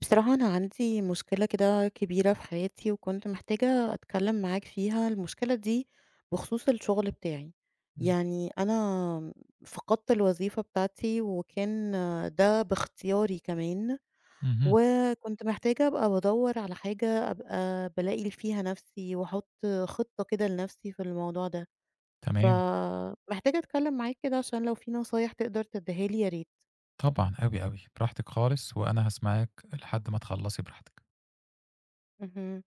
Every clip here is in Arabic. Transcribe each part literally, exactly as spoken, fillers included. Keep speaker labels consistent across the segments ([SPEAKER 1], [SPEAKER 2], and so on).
[SPEAKER 1] بصراحة، أنا عندي مشكلة كده كبيرة في حياتي، وكنت محتاجة أتكلم معاك فيها. المشكلة دي بخصوص الشغل بتاعي.
[SPEAKER 2] إمم،
[SPEAKER 1] يعني أنا فقدت الوظيفة بتاعتي، وكان ده باختياري كمان،
[SPEAKER 2] اهم،
[SPEAKER 1] وكنت محتاجة أبقى بدور على حاجة أبقى بلاقي فيها نفسي وأحط خطة كده لنفسي في الموضوع ده.
[SPEAKER 2] تمام،
[SPEAKER 1] فمحتاجة أتكلم معاك كده عشان لو في نصايح تقدر تديها لي يا ريت.
[SPEAKER 2] طبعًا، أوي، أوي، براحتك خالص، وأنا هاسمعِك لحد ما تخلّصي براحتك.
[SPEAKER 1] اهم.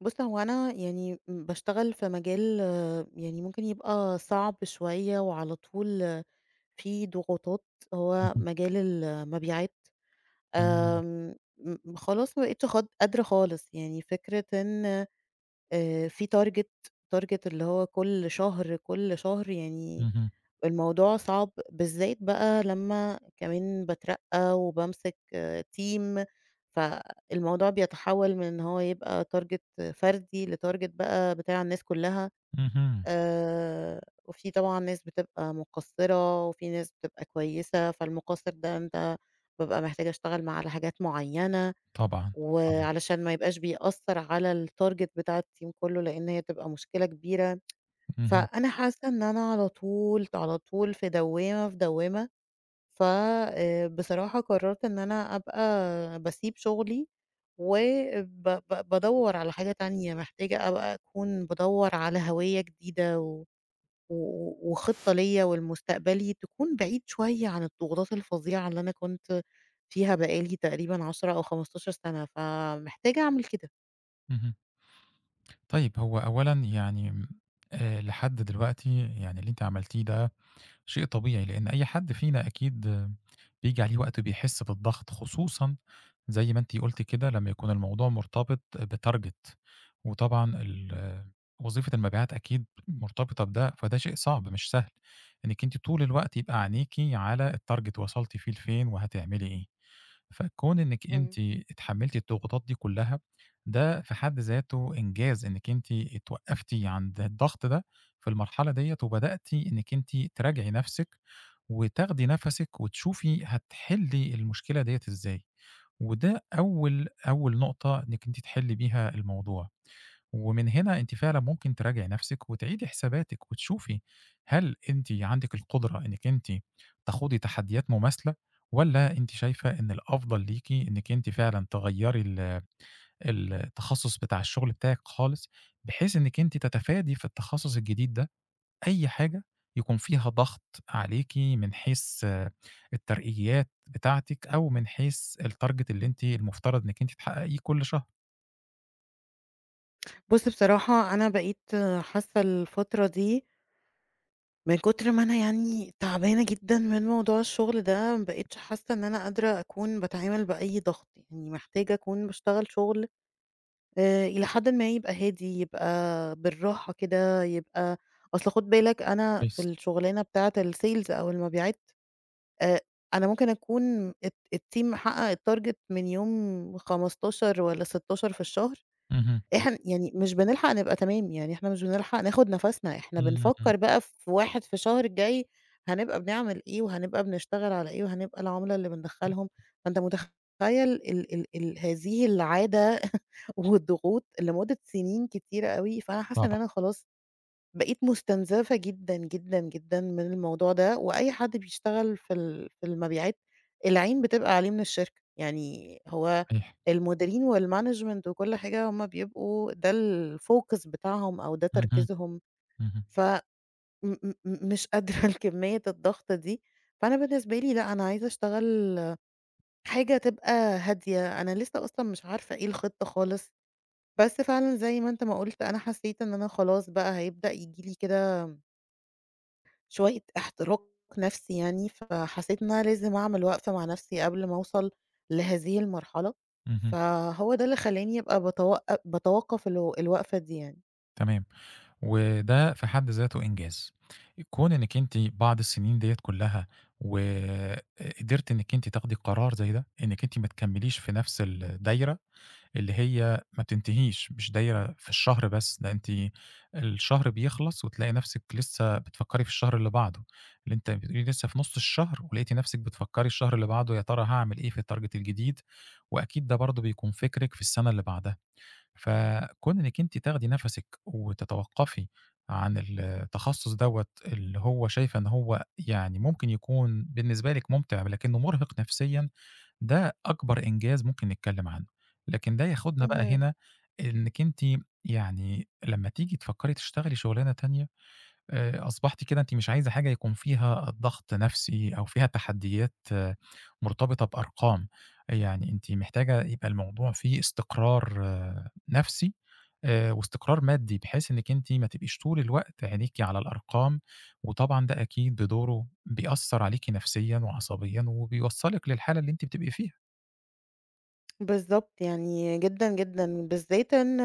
[SPEAKER 1] بُص، هو أنا يعني م باشتغل في مجال، آه، يعني ممكن يبقى صعب شوية وعلى طول، آه، في ضغوطات. هو
[SPEAKER 2] اهم،
[SPEAKER 1] مجال المبيعات.
[SPEAKER 2] إمم،
[SPEAKER 1] آمم، م خلاص ما بقيتش خاد قادرة خالص. يعني فكرة إن آآ في target target اللي هو كل شهر، كل شهر. يعني
[SPEAKER 2] اهم،
[SPEAKER 1] الموضوع صعب، بالذات بقى لمّا كمان باترقّى وبامسك team. فالموضوع بيتحوّل من إن هو يبقى target فردي لtarget بقى بتاع الناس كلّها.
[SPEAKER 2] اهم،
[SPEAKER 1] آآ وفي طبعًا ناس بتبقى مُقصّرة، وفي ناس بتبقى كويسة. فالمُقصّر ده أنت بابقى محتاجة أشتغل معاه على حاجات معيّنة،
[SPEAKER 2] طبعًا، طبعًا،
[SPEAKER 1] وعلشان ما يبقاش بيأثّر على الtarget بتاع الteam كلّه، لإن هي بتبقى مشكلة كبيرة.
[SPEAKER 2] اهم،
[SPEAKER 1] فأنا حاسة إن أنا على طول على طول في دوّامة، في دوّامة. ف آآ بصراحة قررت إن أنا أبقى باسيب شغلي، وب ب بادوّر على حاجة تانية. محتاجة أبقى أكون بادوّر على هوية جديدة و و وخطة ليّا ولمستقبلي تكون بعيد شوية عن الضغوطات الفظيعة اللي أنا كنت فيها بقى لي تقريبًا عشرة أو خمسة عشر سنة. فمحتاجة أعمل كده.
[SPEAKER 2] اهم. طيب هو أولًا يعني آآ لحد دلوقتي يعني اللي أنتِ عملتيه ده شيء طبيعي، لإن أي حد فينا أكيد بييجي عليه وقت بيحس بالضغط، خصوصًا زي ما أنتِ قُلتِ كده لمّا يكون الموضوع مرتبط بtarget، وطبعًا ال آه، وظيفة المبيعات أكيد مرتبطة بده، فده شيء صعب مش سهل إنِّك أنتِ طول الوقت يبقى عينيكِ على الtarget وصلتِ فيه لفين وهتعملي إيه. فكون إنِّك
[SPEAKER 1] إمم.
[SPEAKER 2] أنتِ اتحمّلتِ الضغوطات دي كلّها، ده في حد ذاته إنجاز إنِّك أنتِ اتوقّفتِ عند الضغط ده في المرحلة ديّة، وبدأتِ إنِّك أنتِ تراجعي نَفْسِك، وتاخدي نَفَسِك وتشوفي هتحلّي المشكلة ديّة إزاي، وده أول أول نقطة إنِّك أنتِ تحلّي بيها الموضوع. ومن هنا أنتِ فعلًا ممكن تراجعي نفسِك وتعيدي حساباتِك وتشوفي هل أنتِ عندِك القدرة إنِّك أنتِ تخوضي تحديات مماثلة والّا أنتِ شايفة إن الأفضل ليكِ إنِّك أنتِ فعلًا تغيّري ال التخصُّص بتاع الشغل بتاعِك خالص، بحيث إنِّك أنتِ تتفادي في التخصُّص الجديد ده أي حاجة يكون فيها ضغط عليكِ من حيث آه، الترقيات بتاعتِك أو من حيث الtarget اللي أنتِ المفترض إنِّك أنتِ تحققيه كل شهر.
[SPEAKER 1] بُص، بصراحة أنا بقيت حاسة الفترة دي من كتر ما أنا يعني تعبانة جدًا من موضوع الشغل ده. ما بقيتش حاسة إن أنا قادرة أكون باتعامل بأي ضغط. يعني محتاجة أكون باشتغل شغل آآ إلى حدٍ ما يبقى هادي، يبقى بالراحة كده، يبقى أصل خُد بالك أنا في
[SPEAKER 2] كويس.
[SPEAKER 1] الشغلانة بتاعة الsales أو المبيعات. آآ أنا ممكن أكون الت الteam حقق الtarget من يوم خمستاشر والّا ستاشر في الشهر.
[SPEAKER 2] اهم.
[SPEAKER 1] إحن يعني مش بنلحق نبقى تمام. يعني إحنا مش بنلحق ناخد نَفَسنا. إحنا
[SPEAKER 2] إمم، إمم،
[SPEAKER 1] بنفكّر بقى في واحد في شهر الجاي هنبقى بنعمل إيه، وهنبقى بنشتغل على إيه، وهنبقى العُملا اللي بندخّلهم. فأنت متخيّل ال ال ال هذه العادة والضغوط لمدة سنين كتيرة أوي. فأنا حاسة إن
[SPEAKER 2] طبعًا.
[SPEAKER 1] أنا خلاص بقيت مستنزفة جدًا، جدًا، جدًا من الموضوع ده. وأي حد بيشتغل في ال في المبيعات العين بتبقى عليه من الشركة. يعني هو
[SPEAKER 2] صحيح.
[SPEAKER 1] المديرين والmanagement وكل حاجة هُم بيبقوا ده الfocus بتاعهم أو ده
[SPEAKER 2] اهم،
[SPEAKER 1] تركيزهم.
[SPEAKER 2] اهم،
[SPEAKER 1] ف م م مش قادرة لكمية الضغط دي. فأنا بالنسبة لي لأ، أنا عايزة أشتغل حاجة تبقى هادية. أنا لسه أصلًا مش عارفة إيه الخطة خالص، بس فعلًا زي ما أنت ما قُلت أنا حسيت إن أنا خلاص بقى هيبدأ ييجي لي كده شوية احتراق نفسي يعني. فحسيت إن أنا لازم أعمل وقفة مع نفسي قبل ما أوصل لهذه المرحلة.
[SPEAKER 2] اهم،
[SPEAKER 1] فهو ده اللي خلّاني أبقى باتوق باتوقّف الو الوقفة دي يعني.
[SPEAKER 2] تمام. وده في حد ذاته إنجاز. كون إنِّك أنتِ بعد السنين ديّة كلّها وقدرتِ إنِّك أنتِ تاخدي قرار زي ده، إنِّك أنتِ ما تكمّليش في نفس الدايرة اللي هي ما بتنتهيش، مش دايرة في الشهر بس، ده أنتِ الشهر بيخلص وتلاقي نفسِك لسّه بتفكّري في الشهر اللي بعده، اللي أنتِ بتقولي لسّه في نُص الشهر ولقيتِ نفسِك بتفكّري الشهر اللي بعده يا ترى هاعمل إيه في الtarget الجديد، وأكيد ده برضه بيكون فكرِك في السَنة اللي بعدها. فكون إنِّك أنتِ تاخدي نَفَسِك وتتوقّفي عن التخصُّص دوّة اللي هو شايفة إن هو يعني ممكن يكون بالنسبة لِك مُمتِع لكنّه مُرهِق نفسيًا، ده أكبر إنجاز ممكن نتكلّم عنه. لكن ده ياخُدنا بقى
[SPEAKER 1] اهم.
[SPEAKER 2] هنا إنِّك أنتِ يعني لمّا تيجي تفكّري تشتغلي شُغلانة تانية آآ أصبحتِ كده أنتِ مش عايزة حاجة يكون فيها ضغط نفسي أو فيها تحديات آه، مرتبطة بأرقام، يعني أنتِ محتاجة يبقى الموضوع فيه استقرار آه، نفسي آآ واستقرار مادي، بحيث إنِّك أنتِ ما تبقيش طول الوقت عينيكِ على الأرقام، وطبعًا ده أكيد بدوره بيأثّر عليكِ نفسيًا وعصبيًا وبيوصّلِك للحالة اللي أنتِ بتبقي فيها.
[SPEAKER 1] بالضبط، يعني جدًا، جدًا، بالذات إن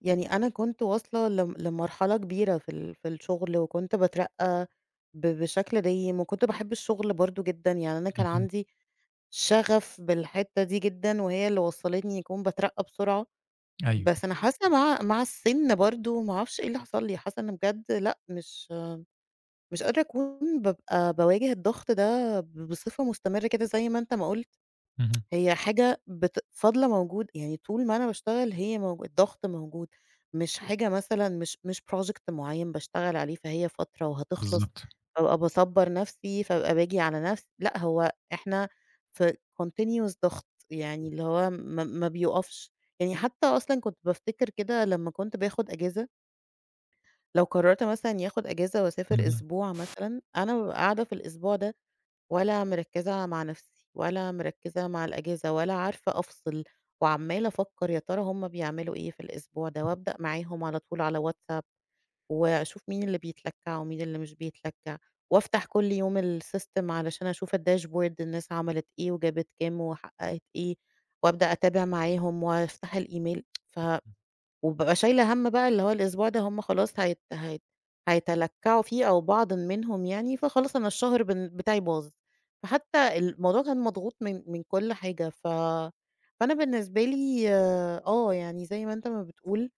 [SPEAKER 1] يعني أنا كنت واصلة لم لمرحلة كبيرة في ال في الشغل، وكنت باترقّى ب بشكل دايم، وكنت باحب الشغل برضه جدًا. يعني أنا كان
[SPEAKER 2] اهم،
[SPEAKER 1] عندي شغف بالحتّة دي جدًا، وهي اللي وصّلتني يكون باترقّى بسرعة.
[SPEAKER 2] أيوه،
[SPEAKER 1] بس أنا حاسة مع مع السِن برضه ما أعرفش إيه اللي حصل لي. حاسة إن بجد لأ، مش مش قادرة أكون بابقى باواجه الضغط ده ب بصفة مستمرة كده زي ما أنت ما قُلت.
[SPEAKER 2] اهم،
[SPEAKER 1] هي حاجة بت فاضلة موجود يعني طول ما أنا باشتغل هي موجو الضغط موجود. مش حاجة مثلًا مش مش project معيّن باشتغل عليه، فهي فترة وهتخلص.
[SPEAKER 2] بالضبط،
[SPEAKER 1] فابقى باصبّر نفسي، فابقى باجي على نفسي، لأ هو إحنا في continuous ضغط. يعني اللي هو ما ما بيوقفش. يعني حتى أصلًا كنت بافتكر كده لمّا كنت باخد أجازة. لو قررت مثلًا إني آخد أجازة وأسافر
[SPEAKER 2] اهم،
[SPEAKER 1] أسبوع مثلًا، أنا بابقى قاعدة في الأسبوع ده، ولا مركّزة مع نَفْسي، ولا مركّزة مع الأجازة، ولا عارفة أفصِل. وعمّالة أفكّر يا ترى هُم بيعملوا إيه في الأسبوع ده، وأبدأ معاهم على طول على واتساب، وأشوف مين اللي بيتلكّع ومين اللي مش بيتلكّع، وأفتح كل يوم السيستم علشان أشوف الdashboard الناس عملت إيه وجابت كام وحققت إيه، وأبدأ أتابع معاهم وأفتح الإيميل. ف وبابقى شايلة هَم بقى اللي هو الأسبوع ده هُم خلاص هيت هيت هيتلكّعوا فيه أو بعض منهم يعني. فخلاص أنا الشهر بن بتاعي باظ. فحتى الموضوع كان مضغوط من من كل حاجة. ف فأنا بالنسبة لي آه، آه، يعني زي ما أنت ما بتقول،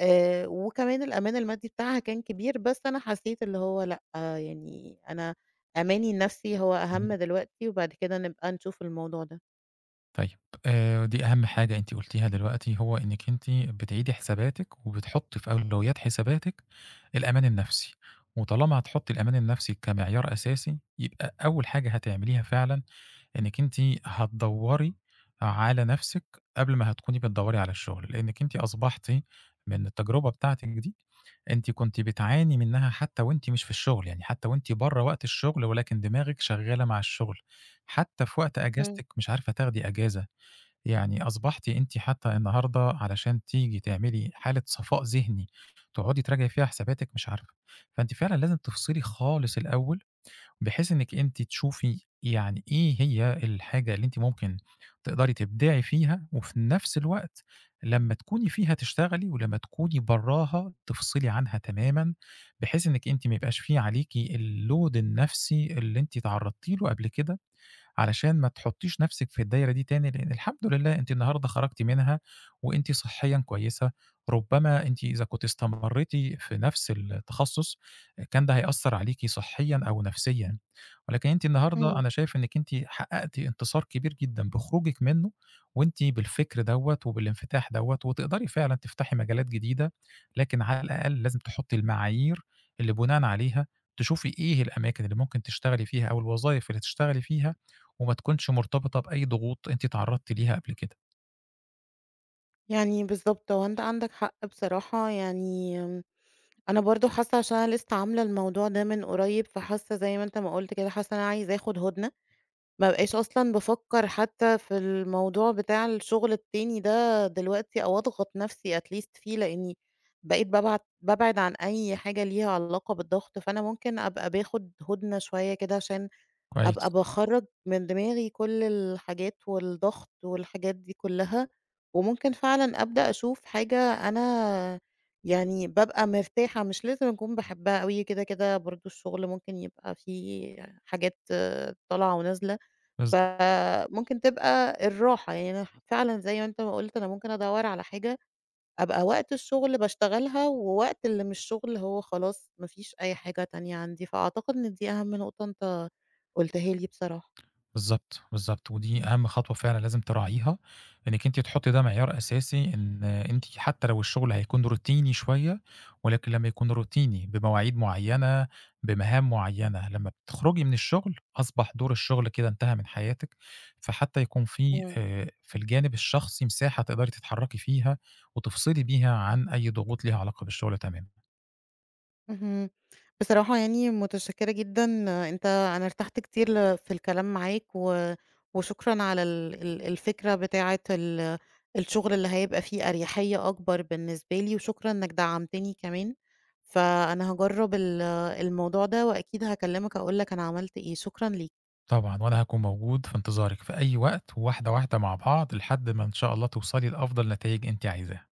[SPEAKER 1] آآ، وكمان الأمان المادي بتاعها كان كبير. بس أنا حسيت اللي هو لأ، آه يعني أنا أماني النفسي هو أهم
[SPEAKER 2] اهم.
[SPEAKER 1] دلوقتي، وبعد كده نبقى نشوف الموضوع ده.
[SPEAKER 2] طيب آآ دي أهم حاجة أنتِ قُلتيها دلوقتي، هو إنِّك أنتِ بتعيدي حساباتِك وبتحُطّي في أولويات حساباتِك الأمان النفسي، وطالما هتحُطّي الأمان النفسي كمعيار أساسي، يبقى أول حاجة هتعمليها فعلًا إنِّك أنتِ هتدوّري على نفسِك قبل ما هتكوني بتدوّري على الشُغل، لإنِّك أنتِ أصبحتِ من التجربة بتاعتِك دي، أنتِ كنتِ بتعاني منها حتى وأنتِ مش في الشُغل، يعني حتى وأنتِ برّه وقت الشُغل ولكن دماغِك شغّالة مع الشُغل، حتى في وقت
[SPEAKER 1] إمم،
[SPEAKER 2] أجازتِك مش عارفة تاخدي أجازة، يعني أصبحتِ أنتِ حتى النهارده علشان تيجي تعملي حالة صفاء ذهني، تقعدي تراجعي فيها حساباتِك مش عارفة، فأنتِ فعلًا لازم تفصلي خالص الأول، بحيث إنِّك أنتِ تشوفي يعني إيه هي الحاجة اللي أنتِ ممكن تقدري تبدعي فيها، وفي نفس الوقت لمّا تكوني فيها تشتغلي، ولمّا تكوني براها تفصلي عنها تمامًا، بحيث إنِّك أنتِ ما يبقاش في عليكِ الload النفسي اللي أنتِ اتعرضتِ له قبل كده. علشان ما تحطّيش نَفْسِك في الدايرة دي تاني، لإن الحمد لله أنتِ النهارده خرجتِ منها وأنتِ صحيًا كويسة، ربما أنتِ إذا كنتِ استمرّيتِ في نَفْس التخصُّص كان ده هيأثّر عليكِ صحيًا أو نفسيًا، ولكن أنتِ النهارده
[SPEAKER 1] إمم.
[SPEAKER 2] أنا شايف إنِّك أنتِ حققتِ انتصار كبير جدًا بخروجِك منّه وأنتِ بالفكر دوّة وبالانفتاح دوّة وتقدري فعلًا تفتحي مجالات جديدة، لكن على الأقل لازم تحطّي المعايير اللي بُناءً عليها تشوفي إيه الأماكن اللي ممكن تشتغلي فيها أو الوظايف اللي تشتغلي فيها وما تكونش مرتبطة بأي ضغوط أنتِ اتعرّضتِ ليها قبل كده،
[SPEAKER 1] يعني بالضبط، هو أنت عندك حق بصراحة. يعني أنا برضه حاسة عشان أنا لسه عاملة الموضوع ده من قريب، فحاسة زي ما أنت ما قُلت كده، حاسة إن أنا عايزة آخُد هُدنة. ما أبقاش أصلًا بافكّر حتى في الموضوع بتاع الشغل التاني ده دلوقتي أو أضغط نَفْسي atleast فيه، لإنّي بقيت بابعد بابعد عن أي حاجة ليها علاقة بالضغط. فأنا ممكن أبقى باخُد هُدنة شوية كده عشان أبقى
[SPEAKER 2] كويس،
[SPEAKER 1] باخرّج من دماغي كل الحاجات والضغط والحاجات دي كلّها. وممكن فعلًا أبدأ أشوف حاجة أنا يعني بابقى مرتاحة، مش لازم أكون باحبها أوي، كده، كده برضه الشغل ممكن يبقى فيه حاجات آه، طالعة ونازلة.
[SPEAKER 2] بالضبط،
[SPEAKER 1] فممكن تبقى الراحة. يعني أنا فعلًا زي ما أنت ما قُلت، أنا ممكن أدوّر على حاجة أبقى وقت الشغل باشتغلها، ووقت اللي مش شغل هو خلاص ما فيش أي حاجة تانية عندي. فأعتقد إن دي أهم نقطة أنت قُلتها لي بصراحة.
[SPEAKER 2] بالضبط، بالضبط، ودي أهم خطوة فعلًا لازم تراعيها، إنِّك أنتِ تحطّي ده معيار أساسي إن أنتِ حتى لو الشغل هيكون روتيني شوية، ولكن لمّا يكون روتيني بمواعيد معيّنة، بمهام معيّنة، لمّا بتخرجي من الشغل أصبح دور الشغل كده انتهى من حياتِك، فحتى يكون في
[SPEAKER 1] إمم.
[SPEAKER 2] آآ، في الجانب الشخصي مساحة تقدري تتحرّكي فيها وتفصلي بيها عن أي ضغوط ليها علاقة بالشغل تمامًا.
[SPEAKER 1] اهم. بصراحة يعني متشكرة جدًا. أنت أنا ارتحت كتير ل في الكلام معاك. و وشكرًا على ال ال الفكرة بتاعة ال الشغل اللي هيبقى فيه أريحية أكبر بالنسبة لي. وشكرًا إنك دعمتني كمان. فأنا هاجرّب ال الموضوع ده، وأكيد هاكلمك أقول لك أنا عملت إيه. شكرًا ليك.
[SPEAKER 2] طبعًا، وأنا هاكون موجود في انتظارِك في أي وقت، وواحدة واحدة مع بعض لحد ما إن شاء الله توصلي لأفضل نتايج أنتِ عايزاها.